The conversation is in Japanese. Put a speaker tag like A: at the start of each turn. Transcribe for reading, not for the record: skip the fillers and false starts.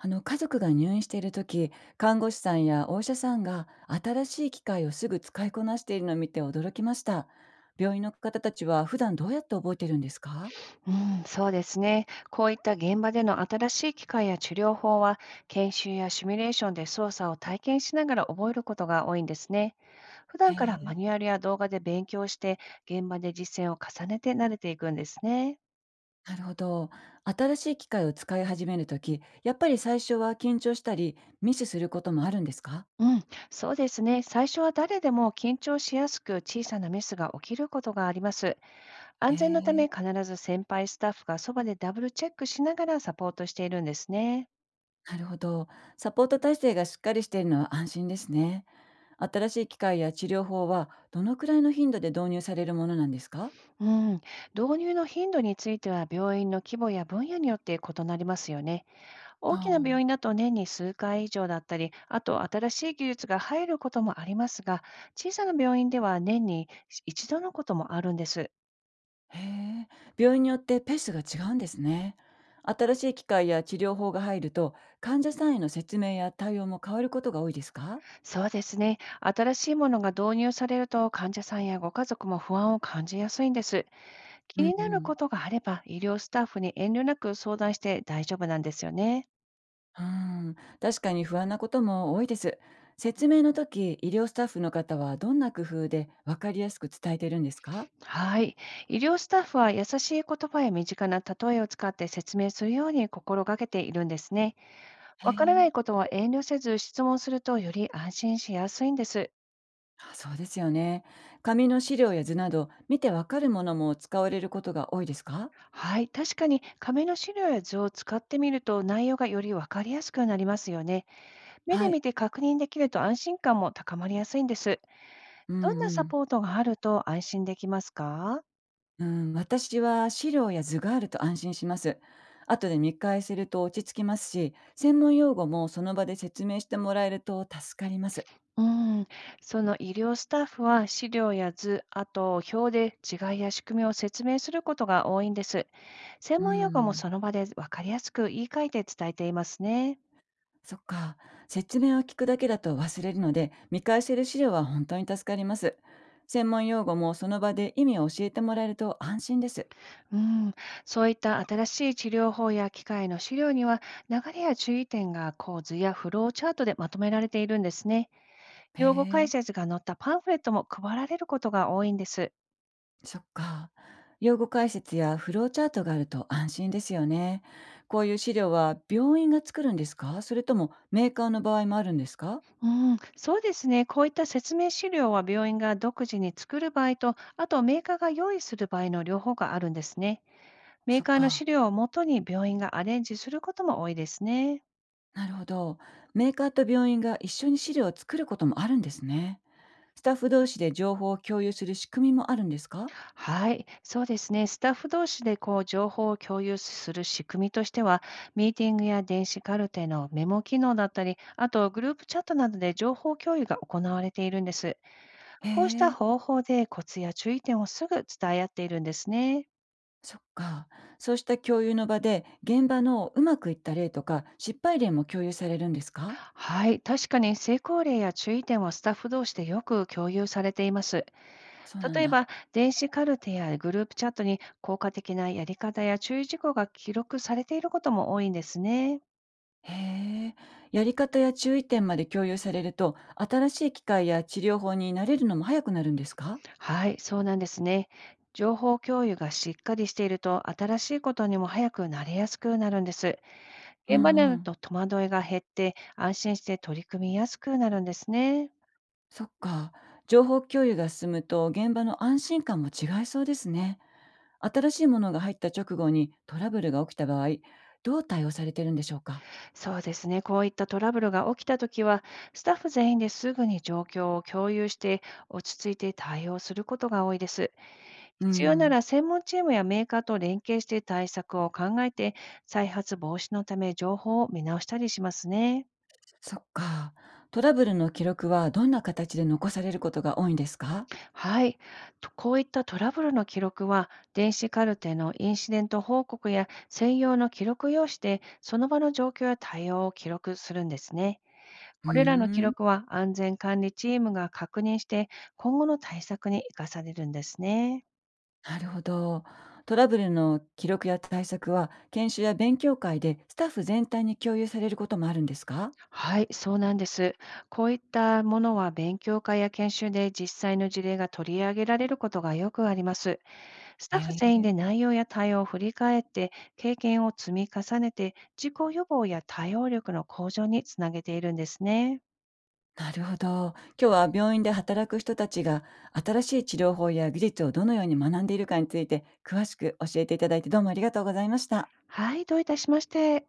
A: あの、家族が入院している時、看護師さんやお医者さんが新しい機械をすぐ使いこなしているのを見て驚きました。病院の方たちは普段どうやって覚えてるんですか？
B: うん、そうですね。こういった現場での新しい機械や治療法は、研修やシミュレーションで操作を体験しながら覚えることが多いんですね。普
A: へ
B: 段から
A: え、
B: マニュアルや動画で勉強して、現場で実践を重ねて慣れていくんですね。
A: なるほど。新しい機械を使い始める時、やっぱり最初は緊張したりミスすることもあるんですか？
B: うん、そうですね。最初は誰でも緊張しやすく、小さなミスが起きることがあります。
A: へ
B: 安全のため、
A: え、
B: 必ず先輩スタッフがそばでダブルチェックしながらサポートしているんですね。
A: なるほど。サポート体制がしっかりしているのは安心ですね。新しい機械や治療法はどのくらいの頻度で導入されるものなんですか？
B: うん、導入の頻度については、病院の規模や分野によって異なりますよね。大きな
A: あ
B: 病院
A: あ、
B: だと年に数回以上だったり、あと新しい技術が入ることもありますが、小さな病院では年に一度のこともあるんです。
A: へえ、病院によってペースが違うんですね。新しい機械や治療法が入ると、患者さんへの説明や対応も変わることが多いですか？
B: そうですね。新しいものが導入されると、患者さんやご家族も不安を感じやすいんです。気
A: うん
B: に
A: う
B: なる
A: ん、
B: ことがあれば、医療スタッフに遠慮なく相談して大丈夫なんですよね。
A: うーん、確かに不安なことも多いです。説明の時、医療スタッフの方はどんな工夫で分かりやすく伝えてるんですか？
B: はい。医療スタッフは、優しい言葉や身近な例えを使って説明するように心がけているんですね。
A: へ
B: わからな
A: え、
B: いことは遠慮せず質問すると、より安心しやすいんです。
A: あ、そうですよね。紙の資料や図など、見てわかるものも使われることが多いですか？
B: はい。確かに紙の資料や図を使ってみると、内容がよりわかりやすくなりますよね。目で
A: はい。
B: 見て確認できると、安心感も高まりやすいんです。
A: う
B: どん
A: ん
B: な
A: う
B: サ
A: ん。
B: ポートがあると安心できますか？
A: うーん、私は資料や図があると安心します。後で見返せると落ち着きますし、専門用語もその場で説明してもらえると助かります。
B: うん、その医療スタッフは資料や図、あと表で違いや仕組みを説明することが多いんです。専
A: うー
B: 門用語も
A: ん、
B: その場で分かりやすく言い換えて伝えていますね。
A: そっか。説明を聞くだけだと忘れるので、見返せる資料は本当に助かります。専門用語もその場で意味を教えてもらえると安心です。
B: うん、そういった新しい治療法や機械の資料には、流れや注意点が構図やフローチャートでまとめられているんですね。
A: へ
B: 用語解
A: え。
B: 説が載ったパンフレットも配られることが多いんです。
A: そっか。用語解説やフローチャートがあると安心ですよね。こういう資料は病院が作るんですか、それともメーカーの場合もあるんですか？
B: うん、そうですね。こういった説明資料は、病院が独自に作る場合と、あとメーカーが用意する場合の両方があるんですね。メー
A: そっ
B: カーの資
A: か。
B: 料をもとに、病院がアレンジすることも多いですね。
A: なるほど。メーカーと病院が一緒に資料を作ることもあるんですね。スタッフ同士で情報を共有する仕組みもあるんですか？
B: はい、そうですね。スタッフ同士でこう情報を共有する仕組みとしては、ミーティングや電子カルテのメモ機能だったり、あとグループチャットなどで情報共有が行われているんです。
A: へ
B: こうした
A: え、
B: 方法でコツや注意点をすぐ伝え合っているんですね。
A: そっか。そうした共有の場で現場のうまくいった例とか失敗例も共有されるんですか？
B: はい、確かに成功例や注意点はスタッフ同士でよく共有されています。
A: そうなん
B: 例え
A: だ。
B: ば、電子カルテやグループチャットに効果的なやり方や注意事項が記録されていることも多いんですね。
A: へえ、やり方や注意点まで共有されると、新しい機械や治療法に慣れるのも早くなるんですか？
B: はい、そうなんですね。情報共有がしっかりしていると、新しいことにも早く慣れやすくなるんです。
A: う
B: 現場で
A: んう
B: の
A: ん。
B: 戸惑いが減って、安心して取り組みやすくなるんですね。
A: そっか。情報共有が進むと現場の安心感も違いそうですね。新しいものが入った直後にトラブルが起きた場合、どう対応されてるんでしょうか？
B: そうですね。こういったトラブルが起きたときは、スタッフ全員ですぐに状況を共有して、落ち着いて対応することが多いです。
A: う
B: 必要な
A: ん。
B: ら、専門チームやメーカーと連携して対策を考えて、再発防止のため情報を見直したりしますね。
A: そっか。トラブルの記録はどんな形で残されることが多いんですか？
B: はい。とこういったトラブルの記録は、電子カルテのインシデント報告や専用の記録用紙で、その場の状況や対応を記録するんですね。
A: うー
B: これらの記
A: ん。
B: 録は安全管理チームが確認して、今後の対策に生かされるんですね。
A: なるほど。トラブルの記録や対策は研修や勉強会でスタッフ全体に共有されることもあるんですか？
B: はい、そうなんです。こういったものは、勉強会や研修で実際の事例が取り上げられることがよくあります。ス
A: へ
B: タッフ全員
A: え。
B: で内容や対応を振り返って、経験を積み重ねて、事故予防や対応力の向上につなげているんですね。
A: なるほど。今日は病院で働く人たちが新しい治療法や技術をどのように学んでいるかについて詳しく教えていただいて、どうもありがとうございました。
B: はい、どういたしまして。